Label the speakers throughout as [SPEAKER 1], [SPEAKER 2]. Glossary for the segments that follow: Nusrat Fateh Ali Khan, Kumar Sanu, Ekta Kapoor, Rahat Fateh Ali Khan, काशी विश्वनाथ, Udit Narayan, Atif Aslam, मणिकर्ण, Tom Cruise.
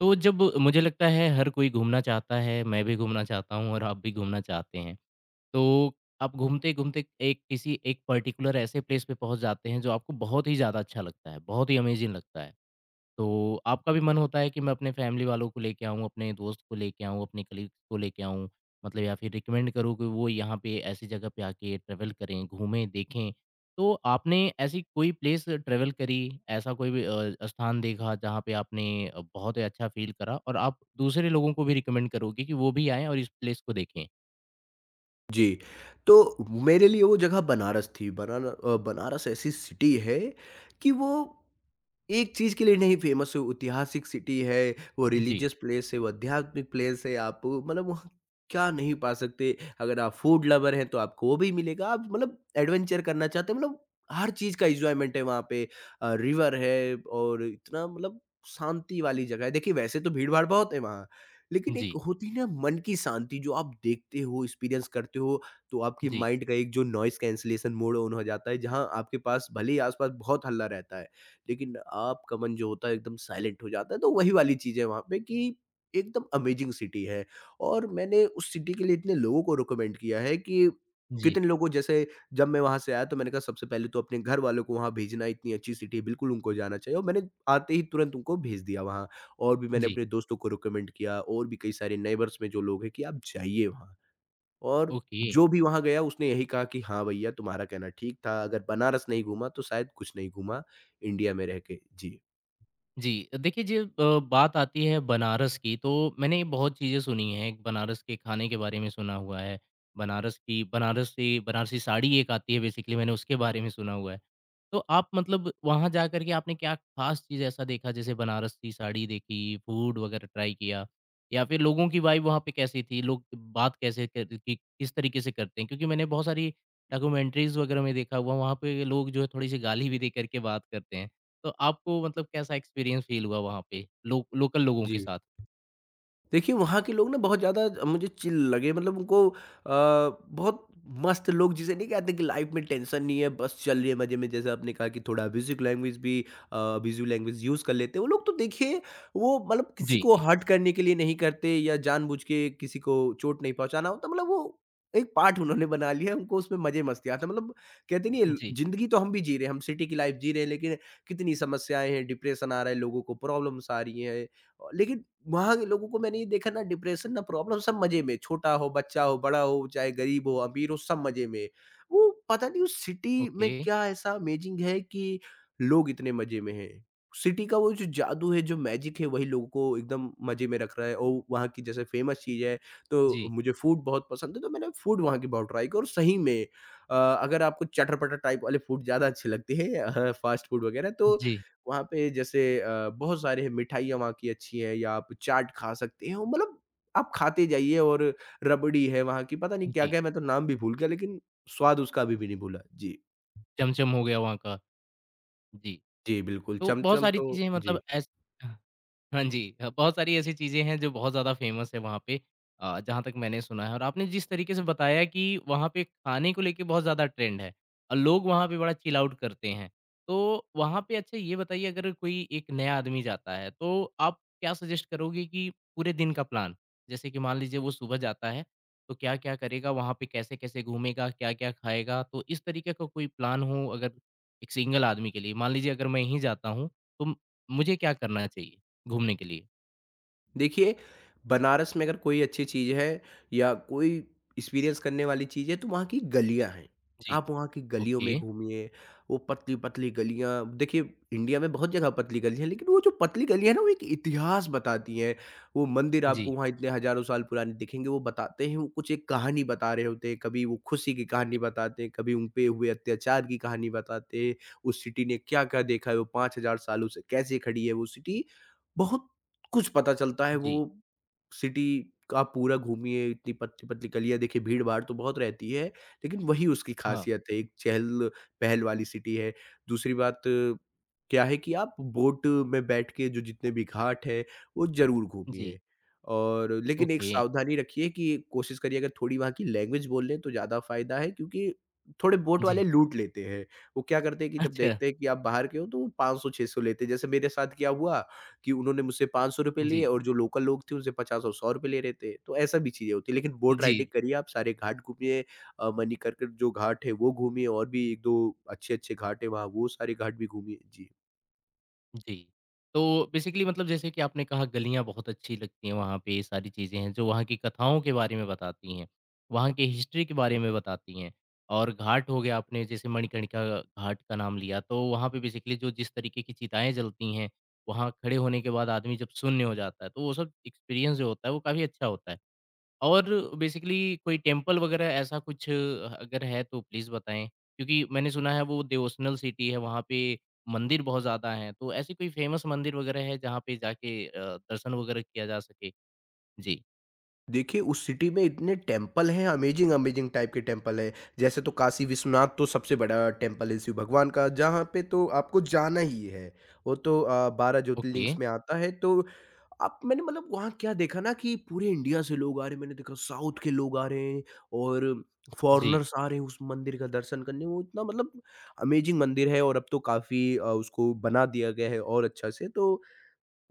[SPEAKER 1] तो जब मुझे लगता है हर कोई घूमना चाहता है, मैं भी घूमना चाहता हूँ और आप भी घूमना चाहते हैं। तो आप घूमते-घूमते एक किसी एक पर्टिकुलर ऐसे प्लेस पे पहुँच जाते हैं जो आपको बहुत ही ज़्यादा अच्छा लगता है, बहुत ही अमेज़िंग लगता है। तो आपका भी मन होता है कि मैं अपने फैमिली वालों को लेके आऊँ, अपने दोस्त को लेके आऊँ, अपने कलीग्स को लेके आऊँ, मतलब या फिर रिकमेंड करूँ कि वो यहाँ पे ऐसी जगह पे आके ट्रैवल करें, घूमें, देखें। तो आपने ऐसी कोई प्लेस ट्रैवल करी, ऐसा कोई भी स्थान देखा जहाँ पे आपने बहुत ही अच्छा फ़ील करा और आप दूसरे लोगों को भी रिकमेंड करोगे कि वो भी आएँ और इस प्लेस को देखें?
[SPEAKER 2] जी, तो मेरे लिए वो जगह बनारस थी। बनारस ऐसी सिटी है कि वो एक चीज़ के लिए नहीं फेमस है, वो ऐतिहासिक सिटी है, वो
[SPEAKER 1] जी।
[SPEAKER 2] रिलीजियस प्लेस है, वो आध्यात्मिक प्लेस है, आप मतलब वहाँ क्या नहीं पा सकते। अगर आप फूड लवर हैं, तो आपको वो भी मिलेगा। आप मतलब एडवेंचर करना चाहते हैं, मतलब हर चीज़ का एन्जॉयमेंट है वहाँ पे। रिवर है और इतना मतलब शांति वाली जगह है। देखिए, वैसे तो भीड़-भाड़ बहुत है वहाँ, लेकिन एक
[SPEAKER 1] जी।
[SPEAKER 2] होती है ना मन की शांति जो आप देखते हो, एक्सपीरियंस करते हो, तो आपके
[SPEAKER 1] जी।
[SPEAKER 2] माइंड का एक जो नॉइज़ कैंसलेशन मोड ऑन हो जाता है, जहाँ आपके पास भले ही आस-पास बहुत हल्ला रहता है, लेकिन आपका मन जो होता है एकदम साइलेंट हो जाता है। तो वही वाली चीज़ है वहाँ पे कि एकदम अमेज़िंग सिटी है और मैंने उस सिटी के लिए इतने लोगों को रिकमेंड किया है कि
[SPEAKER 1] जी।
[SPEAKER 2] कितने लोगों जैसे जब मैं वहाँ से आया तो मैंने कहा सबसे पहले तो अपने घर वालों को वहाँ भेजना, इतनी अच्छी सिटी है, बिल्कुल उनको जाना चाहिए और मैंने आते ही तुरंत उनको भेज दिया वहाँ। और भी मैंने
[SPEAKER 1] जी।
[SPEAKER 2] अपने दोस्तों को रिकमेंड किया और भी कई सारे नेबर्स में जो लोग हैं कि आप जाइए वहाँ। और
[SPEAKER 1] ओके।
[SPEAKER 2] जो भी वहाँ गया उसने यही कहा कि हाँ भैया तुम्हारा कहना ठीक था, अगर बनारस नहीं घूमा तो शायद कुछ नहीं घूमा इंडिया में रह के। जी।
[SPEAKER 1] जी, देखिए जब बात आती है बनारस की तो मैंने बहुत चीज़ें सुनी हैं, एक बनारस के खाने के बारे में सुना हुआ है, बनारस की बनारस से बनारसी साड़ी एक आती है बेसिकली मैंने उसके बारे में सुना हुआ है। तो आप मतलब वहाँ जा कर के आपने क्या ख़ास चीज़ ऐसा देखा जैसे बनारसी साड़ी देखी, फूड वग़ैरह ट्राई किया या फिर लोगों की वाइब वहाँ पे कैसी थी? लोग बात कैसे कर कि किस तरीके से करते हैं? क्योंकि मैंने बहुत सारी डॉक्यूमेंट्रीज़ वग़ैरह में देखा हुआ, वहाँ पे लोग जो है थोड़ी-सी गाली भी दे कर के बात करते हैं। तो आपको मतलब कैसा एक्सपीरियंस फ़ील हुआ वहाँ पे लो लोकल लोगों के
[SPEAKER 2] जी।
[SPEAKER 1] साथ?
[SPEAKER 2] देखिए, वहाँ के लोग ना बहुत ज़्यादा मुझे चिल लगे मतलब उनको बहुत मस्त लोग जिसे नहीं कहते कि लाइफ में टेंशन नहीं है, बस चल रही है मज़े में। जैसे आपने कहा कि थोड़ा अब्यूज़िव लैंग्वेज यूज़ कर लेते हैं। वो लोग तो देखिए वो मतलब किसी
[SPEAKER 1] जी।
[SPEAKER 2] को हर्ट करने के लिए नहीं करते या जानबूझ के किसी को चोट नहीं पहुँचाना होता मतलब वो एक पार्ट उन्होंने बना लिया है, उनको उसमें मज़े-मस्ती आता है। मतलब कहते नहीं है
[SPEAKER 1] जी।
[SPEAKER 2] ज़िंदगी तो हम भी जी रहे हैं, हम सिटी की लाइफ़ जी रहे हैं लेकिन कितनी समस्याएँ हैं, डिप्रेशन आ रहा है, लोगों को प्रॉब्लम्स आ रही हैं। लेकिन वहाँ के लोगों को मैंने ये देखा ना डिप्रेशन ना प्रॉब्लम सब मज़े में, छोटा हो, बच्चा हो, बड़ा हो, चाहे गरीब हो, अमीर हो सब मज़े में। वो पता नहीं उस सिटी में
[SPEAKER 1] ओके।
[SPEAKER 2] क्या ऐसा अमेज़िंग है कि लोग इतने मज़े में हैं। सिटी का वो जो जादू है, जो मैजिक है वही लोगों को एकदम मज़े में रख रहा है और वहाँ की जैसे फ़ेमस चीज़ है तो
[SPEAKER 1] जी।
[SPEAKER 2] मुझे फूड बहुत पसंद है तो मैंने फूड वहाँ की बहुत ट्राई की और सही में अगर आपको चटर-पटर टाइप वाले फूड ज़्यादा अच्छे लगते हैं फ़ास्ट फूड वग़ैरह तो
[SPEAKER 1] जी।
[SPEAKER 2] वहाँ पे जैसे बहुत सारे मिठाइयाँ वहाँ की अच्छी हैं या आप चाट खा सकते हो मतलब आप खाते जाइए और रबड़ी है वहाँ की पता नहीं
[SPEAKER 1] जी।
[SPEAKER 2] क्या-क्या मैं तो नाम भी भूल गया लेकिन स्वाद उसका अभी भी नहीं भूला। जी।
[SPEAKER 1] चमचम हो गया वहाँ का। जी।
[SPEAKER 2] जी, बिल्कुल
[SPEAKER 1] तो बहुत
[SPEAKER 2] चमचम
[SPEAKER 1] सारी
[SPEAKER 2] तो
[SPEAKER 1] चीज़ें
[SPEAKER 2] जी।
[SPEAKER 1] मतलब ऐस हाँ। हाँ जी, बहुत सारी ऐसी चीज़ें हैं जो बहुत ज़्यादा फ़ेमस है वहाँ पे। जहाँ तक मैंने सुना है और आपने जिस तरीके से बताया कि वहाँ पे खाने को लेके बहुत ज़्यादा ट्रेंड है और लोग वहाँ पे बड़ा चिल आउट करते हैं। तो वहाँ पे अच्छा ये बताइए अगर कोई एक नया आदमी जाता है तो आप क्या सजेस्ट करोगे कि पूरे दिन का प्लान? जैसे कि मान लीजिए वो सुबह जाता है, तो क्या-क्या करेगा वहाँ पे, कैसे-कैसे घूमेगा, क्या-क्या खाएगा? तो इस तरीके का कोई प्लान हो अगर एक सिंगल आदमी के लिए, मान लीजिए अगर मैं ही जाता हूँ, तो मुझे क्या करना चाहिए? घूमने के लिए?
[SPEAKER 2] देखिए, बनारस में अगर कोई अच्छी चीज़ है या कोई एक्सपीरियंस करने वाली चीज़ है तो वहाँ की गलियाँ हैं।
[SPEAKER 1] जी।
[SPEAKER 2] आप वहाँ की गलियों में
[SPEAKER 1] ओके।
[SPEAKER 2] घूमिए, वो पतली-पतली गलियाँ देखिए इंडिया में बहुत जगह पतली गली है लेकिन वो जो पतली गली है ना वो एक इतिहास बताती है। वो मंदिर आपको
[SPEAKER 1] जी।
[SPEAKER 2] वहाँ इतने हज़ारों साल पुराने दिखेंगे, वो बताते हैं, वो कुछ एक कहानी बता रहे होते हैं। कभी वो खुशी की कहानी
[SPEAKER 1] ओके।
[SPEAKER 2] बताते हैं, कभी उन पे हुए अत्याचार की कहानी बताते हैं। उस सिटी ने क्या-क्या देखा है, वो 5,000 सालों से कैसे खड़ी है वो सिटी। बहुत कुछ पता चलता है। वो
[SPEAKER 1] जी।
[SPEAKER 2] सिटी आप पूरा घूमिए, इतनी पतली-पतली गलियाँ देखिए, भीड़-भाड़ तो बहुत रहती है, लेकिन वही उसकी
[SPEAKER 1] हाँ।
[SPEAKER 2] खासियत है। एक चहल-पहल वाली सिटी है। दूसरी बात क्या है कि आप बोट में बैठ के जो जितने भी घाट हैं, वो ज़रूर
[SPEAKER 1] जी।
[SPEAKER 2] घूमिए और लेकिन एक
[SPEAKER 1] ओके।
[SPEAKER 2] सावधानी रखिए कि कोशिश करिए अगर थोड़ी वहाँ की लैंग्वेज बोल लें, तो ज़्यादा फ़ायदा है क्योंकि थोड़े बोट वाले
[SPEAKER 1] जी।
[SPEAKER 2] लूट लेते हैं। वो क्या करते हैं कि जब
[SPEAKER 1] अच्छा।
[SPEAKER 2] देखते हैं कि आप बाहर के हो, तो वो 500-600 लेते हैं। जैसे मेरे साथ क्या हुआ कि उन्होंने मुझसे ₹500 लिए
[SPEAKER 1] जी।
[SPEAKER 2] और जो लोकल लोग थे उनसे 50 और ₹100 ले रहे थे, तो ऐसा भी चीज़ें होती हैं। लेकिन बोट
[SPEAKER 1] जी।
[SPEAKER 2] राइडिंग करिए आप, सारे घाट घूमिए मणिकर्ण के जो घाट है वो घूमिए और भी 1-2 अच्छे-अच्छे घाट हैं वहाँ, वो सारे घाट भी घूमिए। जी।
[SPEAKER 1] जी। तो बेसिकली मतलब जैसे कि आपने कहा गलियाँ बहुत अच्छी लगती हैं वहाँ पे, ये सारी चीज़ें हैं जो वहाँ की कथाओं के बारे में बताती हैं, वहाँ की हिस्ट्री के बारे में बताती हैं और घाट हो गया आपने जैसे मणिकर्णिका घाट का नाम लिया, तो वहाँ पे बेसिकली जो जिस तरीके की चिताएँ जलती हैं, वहाँ खड़े होने के बाद आदमी जब शून्य हो जाता है, तो वो सब एक्सपीरियंस जो होता है वो काफ़ी अच्छा होता है। और बेसिकली कोई टेम्पल वगैरह ऐसा कुछ अगर है तो प्लीज़ बताएँ? क्योंकि मैंने सुना है वो डिवोशनल सिटी है, वहाँ पे मंदिर बहुत ज़्यादा हैं, तो ऐसी कोई फेमस मंदिर वगैरह है जहाँ पे जाके दर्शन वगैरह किया जा सके? जी।
[SPEAKER 2] देखिए उस सिटी में इतने टेम्पल हैं, अमेज़िंग-अमेज़िंग टाइप के टेम्पल हैं। जैसे तो काशी विश्वनाथ तो सबसे बड़ा टेम्पल है शिव भगवान का, जहाँ पे तो आपको जाना ही है। वो तो 12
[SPEAKER 1] ओके।
[SPEAKER 2] ज्योतिर्लिंग्स में आता है तो आप मैंने मतलब वहाँ क्या देखा ना कि पूरे इंडिया से लोग आ रहे हैं, मैंने देखा साउथ के लोग आ रहे हैं और
[SPEAKER 1] जी।
[SPEAKER 2] फॉरेनर्स आ रहे हैं उस मंदिर का दर्शन करने। वो इतना मतलब अमेजिंग मंदिर है और अब तो काफ़ी उसको बना दिया गया है और अच्छा से, तो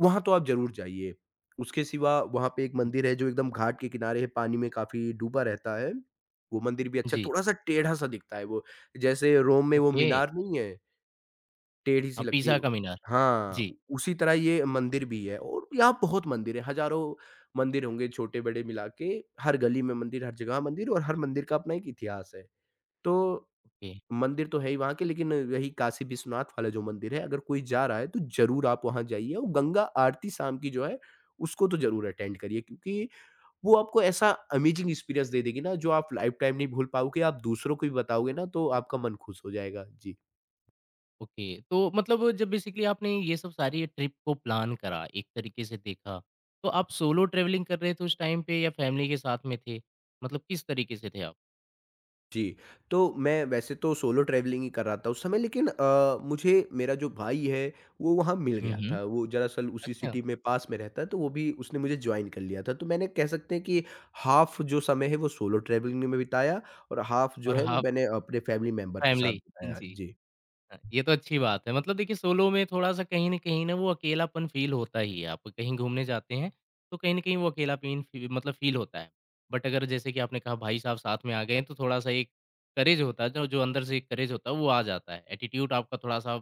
[SPEAKER 2] वहाँ तो आप ज़रूर जाइए। उसके सिवा वहाँ पे एक मंदिर है जो एकदम घाट के किनारे है, पानी में काफ़ी डूबा रहता है। वो मंदिर भी अच्छा
[SPEAKER 1] जी।
[SPEAKER 2] थोड़ा-सा टेढ़ा-सा दिखता है वो, जैसे रोम में वो
[SPEAKER 1] ओके।
[SPEAKER 2] मीनार नहीं है? टेढ़ी-सी
[SPEAKER 1] हाँ,
[SPEAKER 2] लगती है।
[SPEAKER 1] पीसा का मीनार।
[SPEAKER 2] हाँ,
[SPEAKER 1] जी।
[SPEAKER 2] उसी तरह ये मंदिर भी है और यहाँ बहुत मंदिर है, हज़ारों मंदिर होंगे छोटे-बड़े मिला के, हर गली में मंदिर, हर जगह मंदिर और हर मंदिर का अपना एक इतिहास है। तो
[SPEAKER 1] ओके।
[SPEAKER 2] मंदिर तो है ही वहाँ के लेकिन यही काशी विश्वनाथ वाला जो मंदिर है, अगर कोई जा रहा है तो ज़रूर आप वहाँ जाइए और गंगा आरती शाम की जो है, उसको तो ज़रूर अटेंड करिए क्योंकि वो आपको ऐसा अमेजिंग एक्सपीरियंस दे देगी ना जो आप लाइफ़ टाइम नहीं भूल पाओगे, आप दूसरों को भी बताओगे ना तो आपका मन खुश हो जाएगा। जी।
[SPEAKER 1] ओके। तो मतलब जब बेसिकली आपने ये सब सारी ट्रिप को प्लान करा, एक तरीके से देखा, तो आप सोलो ट्रैवलिंग कर रहे थे उस टाइम पे या फैमिली के साथ में थे? मतलब किस तरीके से थे आप?
[SPEAKER 2] जी, तो मैं वैसे तो सोलो ट्रैवलिंग ही कर रहा था उस समय लेकिन मुझे मेरा जो भाई है वो वहाँ मिल
[SPEAKER 1] हुँ,
[SPEAKER 2] गया
[SPEAKER 1] हुँ।
[SPEAKER 2] था। वो दरअसल उसी
[SPEAKER 1] अच्छा।
[SPEAKER 2] सिटी में पास में रहता है तो वो भी उसने मुझे जॉइन कर लिया था। तो मैंने कह सकते हैं कि हाफ़ जो समय है वो सोलो ट्रैवलिंग में बिताया और हाफ़ जो
[SPEAKER 1] और
[SPEAKER 2] है वो
[SPEAKER 1] हाफ
[SPEAKER 2] मैंने अपने फैमिली मेंबर के साथ
[SPEAKER 1] फैमिली
[SPEAKER 2] बिताया।
[SPEAKER 1] जी।
[SPEAKER 2] जी।
[SPEAKER 1] हाँ, ये तो अच्छी बात है। मतलब देखिए सोलो में थोड़ा-सा कहीं न कहीं ना वो अकेलापन फ़ील होता ही है। आप कहीं घूमने जाते हैं, तो कहीं न कहीं वो अकेलापन फ़ी मतलब फ़ील होता है। बट अगर जैसे कि आपने कहा भाई साहब साथ में आ गए हैं, तो थोड़ा-सा एक करेज होता है, जो जो अंदर से एक करेज होता है वो आ जाता है। एटीट्यूड आपका थोड़ा-सा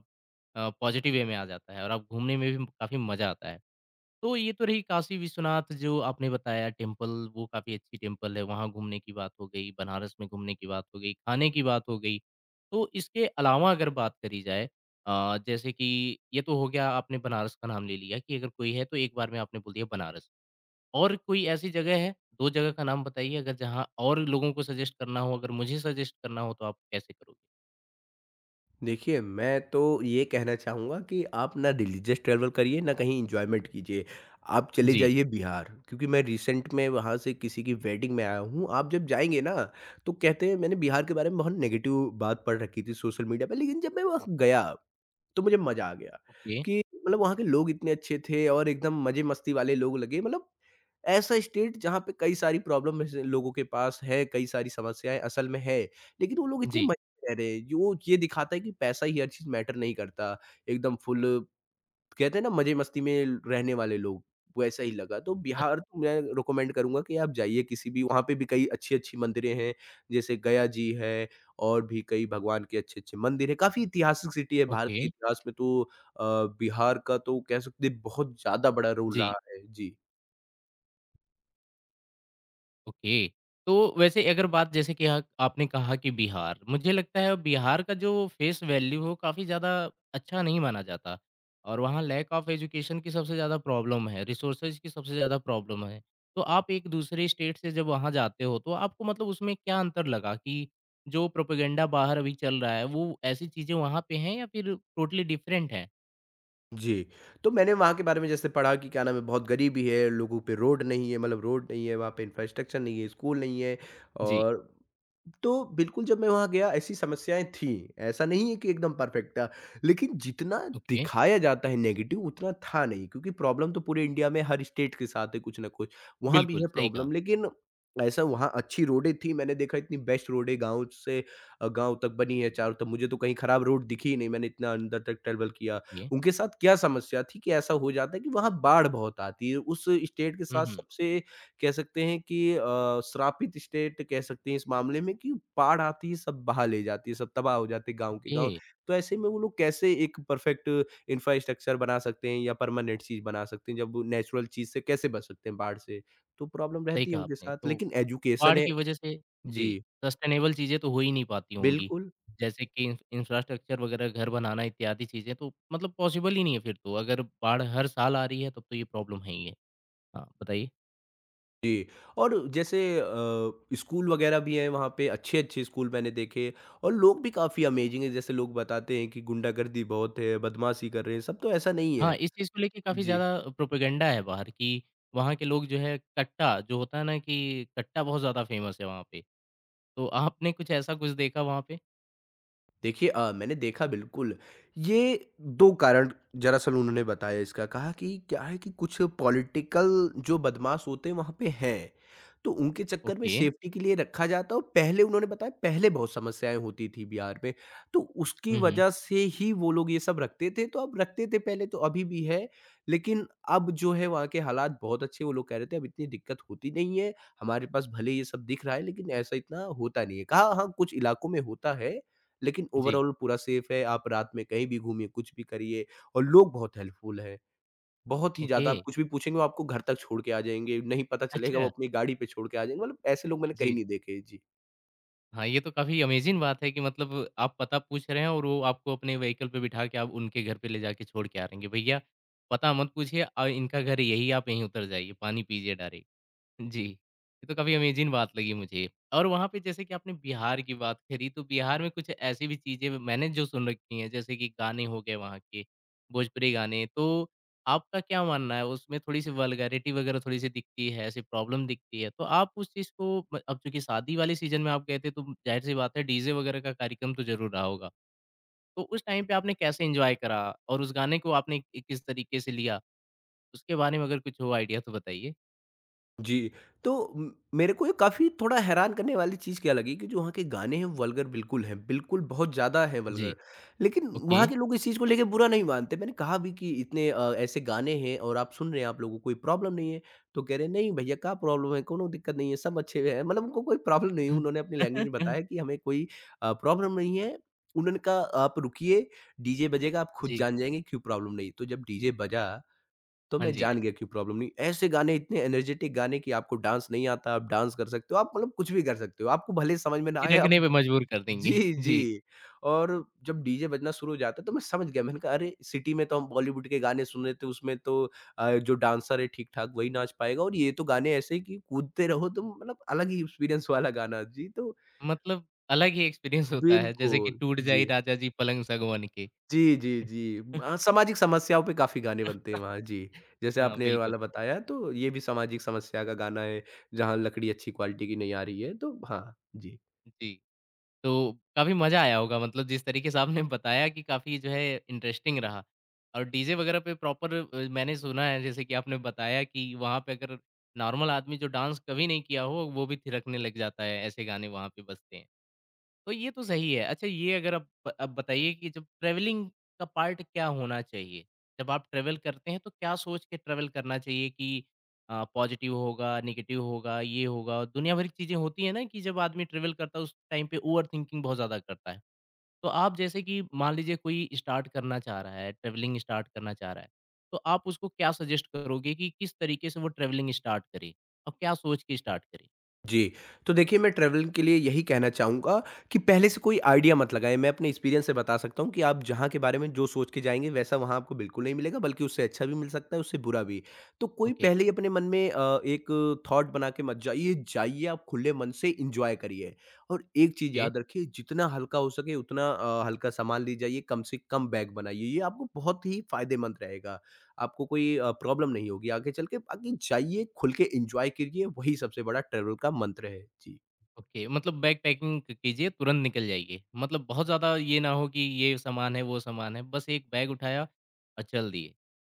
[SPEAKER 1] पॉज़िटिव वे में आ जाता है और आप घूमने में भी काफ़ी मज़ा आता है। तो ये तो रही काशी विश्वनाथ जो आपने बताया टेम्पल, वो काफ़ी अच्छी टेम्पल है, वहाँ घूमने की बात हो गई, बनारस में घूमने की बात हो गई, खाने की बात हो गई। तो इसके अलावा अगर बात करी जाए, जैसे कि ये तो हो गया आपने बनारस का नाम ले लिया कि अगर कोई है तो एक बार में आपने बोल दिया बनारस। और कोई ऐसी जगह है, 2 जगह का नाम बताइए अगर जहाँ और लोगों को सजेस्ट करना हो, अगर मुझे सजेस्ट करना हो तो आप कैसे करोगे?
[SPEAKER 2] देखिए, मैं तो ये कहना चाहूँगा कि आप ना रिलीजियस ट्रैवल करिए, ना कहीं एन्जॉयमेंट कीजिए। आप चले
[SPEAKER 1] जी।
[SPEAKER 2] जाइए बिहार क्योंकि मैं रिसेंट में वहाँ से किसी की वेडिंग में आया हूँ। आप जब जाएँगे ना, तो कहते हैं मैंने बिहार के बारे में बहुत नेगेटिव बात पढ़ रखी थी सोशल मीडिया पे लेकिन जब मैं वहाँ गया तो मुझे मज़ा आ गया
[SPEAKER 1] ओके।
[SPEAKER 2] कि मतलब वहाँ के लोग इतने अच्छे थे और एकदम मज़े-मस्ती वाले लोग लगे मतलब ऐसा स्टेट जहाँ पे कई सारी प्रॉब्लम ऐसे लोगों के पास है, कई सारी समस्याएँ असल में है, लेकिन वो लोग इतने
[SPEAKER 1] जी।
[SPEAKER 2] मज़े में रह रहे हैं, जो ये दिखाता है कि पैसा ही हर चीज़ मैटर नहीं करता, एकदम फुल कहते हैं ना मजे मस्ती में रहने वाले लोग, वैसा ही लगा। तो
[SPEAKER 1] अ,
[SPEAKER 2] बिहार तो मैं रिकमेंड करूँगा कि आप जाइए किसी भी वहाँ पे भी कई अच्छी-अच्छी मंदिरें हैं, जैसे गया जी है और भी कई भगवान के अच्छे-अच्छे मंदिर हैं। काफ़ी ऐतिहासिक सिटी है भारत
[SPEAKER 1] ओके।
[SPEAKER 2] के इतिहास में तो अ, बिहार का तो कह सकते हैं बहुत ज़्यादा बड़ा रोल
[SPEAKER 1] जी।
[SPEAKER 2] रहा है। जी।
[SPEAKER 1] ओके। तो वैसे अगर बात जैसे कि आप आपने कहा कि बिहार, मुझे लगता है बिहार का जो फेस वैल्यू है वो काफ़ी ज़्यादा अच्छा नहीं माना जाता और वहाँ लैक ऑफ एजुकेशन की सबसे ज़्यादा प्रॉब्लम है, रिसोर्सेज़ की सबसे ज़्यादा प्रॉब्लम है। तो आप एक दूसरे स्टेट से जब वहाँ जाते हो तो आपको मतलब उसमें क्या अंतर लगा कि जो प्रोपेगेंडा बाहर अभी चल रहा है वो ऐसी चीज़ें वहाँ पे हैं या फिर टोटली डिफरेंट है?
[SPEAKER 2] जी, तो मैंने वहाँ के बारे में जैसे पढ़ा कि क्या नाम है बहुत गरीबी है, लोगों पे रोड नहीं है, मतलब रोड नहीं है, वहाँ पे इंफ्रास्ट्रक्चर नहीं है, स्कूल नहीं है
[SPEAKER 1] जी।
[SPEAKER 2] और तो बिल्कुल जब मैं वहाँ गया ऐसी समस्याएँ थीं, ऐसा नहीं है कि एकदम परफेक्ट था। लेकिन जितना
[SPEAKER 1] ओके।
[SPEAKER 2] दिखाया जाता है नेगेटिव उतना था नहीं क्योंकि प्रॉब्लम तो पूरे इंडिया में हर स्टेट के साथ है कुछ ना कुछ, वहाँ भी
[SPEAKER 1] बिल्कुल,
[SPEAKER 2] है
[SPEAKER 1] सही कहा।
[SPEAKER 2] प्रॉब्लम लेकिन ऐसा वहाँ अच्छी रोडें थीं, मैंने देखा इतनी बेस्ट रोडें गाँव से गाँव तक बनी है चारों तरफ मुझे तो कहीं खराब रोड दिखी ही नहीं, मैंने इतना अंदर तक ट्रैवल किया।
[SPEAKER 1] ओके।
[SPEAKER 2] उनके साथ क्या समस्या थी कि ऐसा हो जाता है कि वहाँ बाढ़ बहुत आती है। उस स्टेट के
[SPEAKER 1] हुँ,
[SPEAKER 2] साथ
[SPEAKER 1] हुँ।
[SPEAKER 2] सबसे कह सकते हैं कि श्रापित स्टेट कह सकते हैं इस मामले में कि बाढ़ आती है, सब बहा ले जाती है, सब तबाह हो जाते हैं गाँव के
[SPEAKER 1] ओके,
[SPEAKER 2] गाँव। तो ऐसे में वो लोग कैसे एक परफेक्ट इंफ्रास्ट्रक्चर बना सकते हैं या परमानेंट चीज़ बना सकते हैं, जब वो नेचुरल चीज़ से कैसे बच सकते हैं बाढ़ से? तो प्रॉब्लम
[SPEAKER 1] सही
[SPEAKER 2] रहती है
[SPEAKER 1] कहा
[SPEAKER 2] उनके
[SPEAKER 1] आपने।
[SPEAKER 2] साथ,
[SPEAKER 1] तो
[SPEAKER 2] लेकिन एजुकेशन
[SPEAKER 1] बाढ़
[SPEAKER 2] है
[SPEAKER 1] की वजह से। जी।
[SPEAKER 2] जी,
[SPEAKER 1] सस्टेनेबल चीज़ें तो हो ही नहीं पाती होंगी।
[SPEAKER 2] बिल्कुल।
[SPEAKER 1] जैसे कि इंफ्रास्ट्रक्चर वगैरह घर बनाना इत्यादि चीज़ें तो मतलब पॉसिबल ही नहीं है फिर तो, अगर बाढ़ हर साल आ रही है तब तो ये प्रॉब्लम है ही है। हाँ, बताइए?
[SPEAKER 2] जी, और जैसे स्कूल वगैरह भी हैं वहाँ पे, अच्छे-अच्छे स्कूल मैंने देखे और लोग भी काफ़ी अमेज़िंग हैं, जैसे लोग बताते हैं कि गुंडागर्दी बहुत है, बदमाशी कर रहे हैं, सब तो ऐसा नहीं है।
[SPEAKER 1] हाँ, इस चीज़ को लेके काफ़ी
[SPEAKER 2] जी।
[SPEAKER 1] ज़्यादा प्रोपेगेंडा है बाहर कि वहाँ के लोग जो है कट्टा जो होता है ना कि कट्टा बहुत ज़्यादा फेमस है वहाँ पे। तो आपने कुछ ऐसा कुछ देखा वहाँ पे?
[SPEAKER 2] देखिए मैंने देखा बिल्कुल, ये 2 कारण दरअसल उन्होंने बताया इसका, कहा कि क्या है कि कुछ पॉलिटिकल जो बदमाश होते हैं वहाँ पे हैं, तो उनके चक्कर में
[SPEAKER 1] ओके।
[SPEAKER 2] सेफ्टी के लिए रखा जाता है और पहले उन्होंने बताया पहले बहुत समस्याएँ होती थी बिहार में, तो उसकी
[SPEAKER 1] हुँ, हुँ।
[SPEAKER 2] वजह से ही वो लोग ये सब रखते थे, तो अब रखते थे पहले तो अभी भी है, लेकिन अब जो है वहाँ के हालात बहुत अच्छे वो लोग कह रहे थे अब इतनी दिक्कत होती नहीं है, हमारे पास भले ये सब दिख रहा है लेकिन ऐसा इतना होता नहीं है। कहा हाँ, कुछ इलाकों में होता है लेकिन
[SPEAKER 1] जी।
[SPEAKER 2] ओवरऑल पूरा सेफ है, आप रात में कहीं भी घूमिए, कुछ भी करिए और लोग बहुत हेल्पफुल हैं। बहुत ही
[SPEAKER 1] ओके।
[SPEAKER 2] ज़्यादा आप कुछ भी पूछेंगे वो आपको घर तक छोड़ के आ जाएँगे, नहीं पता चलेगा वो
[SPEAKER 1] अच्छा।
[SPEAKER 2] अपनी गाड़ी पे छोड़ के आ जाएँगे, मतलब ऐसे लोग मैंने कहीं
[SPEAKER 1] जी।
[SPEAKER 2] नहीं देखे। जी।
[SPEAKER 1] हाँ, ये तो काफ़ी अमेज़िंग बात है कि मतलब आप पता पूछ रहे हैं और वो आपको अपने व्हीकल पे बिठा के आप उनके घर पे ले जाके छोड़ के आ रहे हैं कि भैया, पता मत पूछिए, इनका घर यही आप यहीं उतर जाइए, पानी पीजिए डायरेक्ट। जी, ये तो काफ़ी अमेज़िंग बात लगी मुझे। और वहाँ पे जैसे कि आपने बिहार की बात करी, तो बिहार में कुछ ऐसी भी चीज़ें मैंने जो सुन रखी हैं, जैसे कि गाने हो गए वहाँ के, भोजपुरी गाने। तो आपका क्या मानना है, उसमें थोड़ी-सी वल्गैरिटी वगैरह थोड़ी-सी दिखती है, ऐसी प्रॉब्लम दिखती है। तो आप उस चीज़ को म अब चूँकि शादी वाले सीज़न में आप गए थे, तो ज़ाहिर-सी बात है डीजे वगैरह का कार्यक्रम तो ज़रूर रहा होगा। तो उस टाइम पे आपने कैसे एन्जॉय करा और उस गाने को आपने किस तरीके से लिया? उसके बारे में अगर कुछ हो आइडिया तो बताइए?
[SPEAKER 2] जी, तो मेरे को ये काफ़ी थोड़ा हैरान करने वाली चीज़ क्या लगी कि जो वहाँ के गाने हैं वल्गर बिल्कुल हैं, बिल्कुल बहुत ज़्यादा हैं
[SPEAKER 1] जी।
[SPEAKER 2] वल्गर। लेकिन
[SPEAKER 1] ओके।
[SPEAKER 2] वहाँ के लोग इस चीज़ को लेके बुरा नहीं मानते। मैंने कहा भी कि इतने ऐसे गाने हैं और आप सुन रहे हैं, आप लोगों को कोई प्रॉब्लम नहीं है। तो कह रहे हैं, "नहीं भैया क्या प्रॉब्लम है, कोनो दिक्कत नहीं है, सब अच्छे हैं।" मतलब उनको कोई प्रॉब्लम नहीं है,
[SPEAKER 1] हुँ।
[SPEAKER 2] उन्होंने अपनी लैंग्वेज में बताया कि हमें कोई प्रॉब्लम नहीं है। उन्होंने कहा, "आप रुकिए, डीजे बजेगा, आप खुद
[SPEAKER 1] जी।
[SPEAKER 2] जान जाएँगे क्यों प्रॉब्लम नहीं।" तो जब डीजे बजा तो
[SPEAKER 1] हाँ
[SPEAKER 2] मैं
[SPEAKER 1] जी।
[SPEAKER 2] जान गया कि प्रॉब्लम नहीं ऐसे गाने इतने एनर्जेटिक गाने कि आपको डांस नहीं आता, आप डांस कर सकते हो, आप मतलब कुछ भी कर सकते हो, आपको भले समझ में ना
[SPEAKER 1] ये
[SPEAKER 2] आए
[SPEAKER 1] रखने
[SPEAKER 2] आप
[SPEAKER 1] पे मजबूर कर देंगे।
[SPEAKER 2] जी,
[SPEAKER 1] जी।
[SPEAKER 2] जी। और जब डीजे बजना शुरू हो जाता है तो मैं समझ गया, मैंने कहा अरे! सिटी में तो हम बॉलीवुड के गाने सुन रहे थे उसमें तो जो डांसर है ठीक-ठाक वही नाच पाएगा और ये तो गाने ऐसे हैं कि कूदते रहो तुम मतलब अलग ही एक्सपीरियंस वाला गाना जी, तो
[SPEAKER 1] मतलब अलग ही एक्सपीरियंस होता है, जैसे कि
[SPEAKER 2] बिल्कुल,
[SPEAKER 1] टूट
[SPEAKER 2] जी।
[SPEAKER 1] जाई राजा जी पलंग सगवन के।
[SPEAKER 2] जी, जी, जी। सामाजिक समस्याओं पे काफ़ी गाने बनते हैं वहाँ, जी। जैसे
[SPEAKER 1] हाँ,
[SPEAKER 2] आपने ये
[SPEAKER 1] बिल्कुल।
[SPEAKER 2] वाला बताया तो ये भी सामाजिक समस्या का गाना है, जहाँ लकड़ी अच्छी क्वालिटी की नहीं आ रही है, तो हाँ, जी।
[SPEAKER 1] जी, तो काफ़ी मज़ा आया होगा मतलब जिस तरीके से आपने बताया कि काफ़ी जो है इंटरेस्टिंग रहा और डीजे वगैरह पे प्रॉपर, मैंने सुना है जैसे कि आपने बताया कि वहाँ पे अगर नॉर्मल आदमी जो डांस कभी नहीं किया हो, वो भी थिरकने लग जाता है, ऐसे गाने वहाँ पे बजते हैं। तो ये तो सही है। अच्छा ये अगर आप अब बताइए कि जब ट्रैवलिंग का पार्ट क्या होना चाहिए? जब आप ट्रैवल करते हैं तो क्या सोच के ट्रैवल करना चाहिए कि पॉज़िटिव होगा, नेगेटिव होगा, ये होगा। दुनिया भर की चीज़ें होती हैं ना कि जब आदमी ट्रैवल करता है उस टाइम पे ओवरथिंकिंग बहुत ज़्यादा करता है। तो आप जैसे कि मान लीजिए कोई स्टार्ट करना चाह रहा है, ट्रैवलिंग स्टार्ट करना चाह रहा है, तो आप उसको क्या सजेस्ट करोगे कि किस तरीके से वो ट्रैवलिंग स्टार्ट करे? और क्या सोच के स्टार्ट करे?
[SPEAKER 2] जी, तो देखिए मैं ट्रैवलिंग के लिए यही कहना चाहूँगा कि पहले से कोई आइडिया मत लगाएँ। मैं अपने एक्सपीरियंस से बता सकता हूँ कि आप जहाँ के बारे में जो सोच के जाएँगे वैसा वहाँ आपको बिल्कुल नहीं मिलेगा बल्कि उससे अच्छा भी मिल सकता है, उससे बुरा भी। तो कोई
[SPEAKER 1] ओके।
[SPEAKER 2] पहले ही अपने मन में एक थॉट बना के मत जाइए, जाइए आप खुले मन से एन्जॉय करिए। और एक चीज़ याद रखिए जितना हल्का हो सके उतना हल्का सामान ले जाइए, कम से कम बैग बनाइए, ये आपको बहुत ही फ़ायदेमंद रहेगा। आपको कोई प्रॉब्लम नहीं होगी आगे चल के। बाकी जाइए, खुल के एन्जॉय करिए, वही सबसे बड़ा ट्रैवल का मंत्र है। जी,
[SPEAKER 1] ओके, मतलब बैग पैकिंग क कीजिए, तुरंत निकल जाइए। मतलब बहुत ज़्यादा ये ना हो कि ये सामान है, वो सामान है, बस एक बैग उठाया और चल दिए,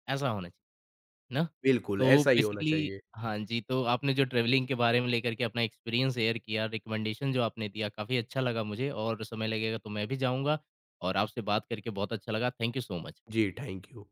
[SPEAKER 1] ऐसा होना चाहिए ना?
[SPEAKER 2] बिल्कुल
[SPEAKER 1] तो
[SPEAKER 2] ऐसा ही होना
[SPEAKER 1] बेसिकली
[SPEAKER 2] चाहिए।
[SPEAKER 1] हाँ जी, तो आपने जो ट्रैवलिंग के बारे में लेकर के अपना एक्सपीरियंस शेयर किया, रिकमेंडेशन जो आपने दिया, काफ़ी अच्छा लगा मुझे और समय लगेगा तो मैं भी जाऊँगा और आपसे बात करके बहुत अच्छा लगा। Thank you so much.
[SPEAKER 2] जी, थैंक यू।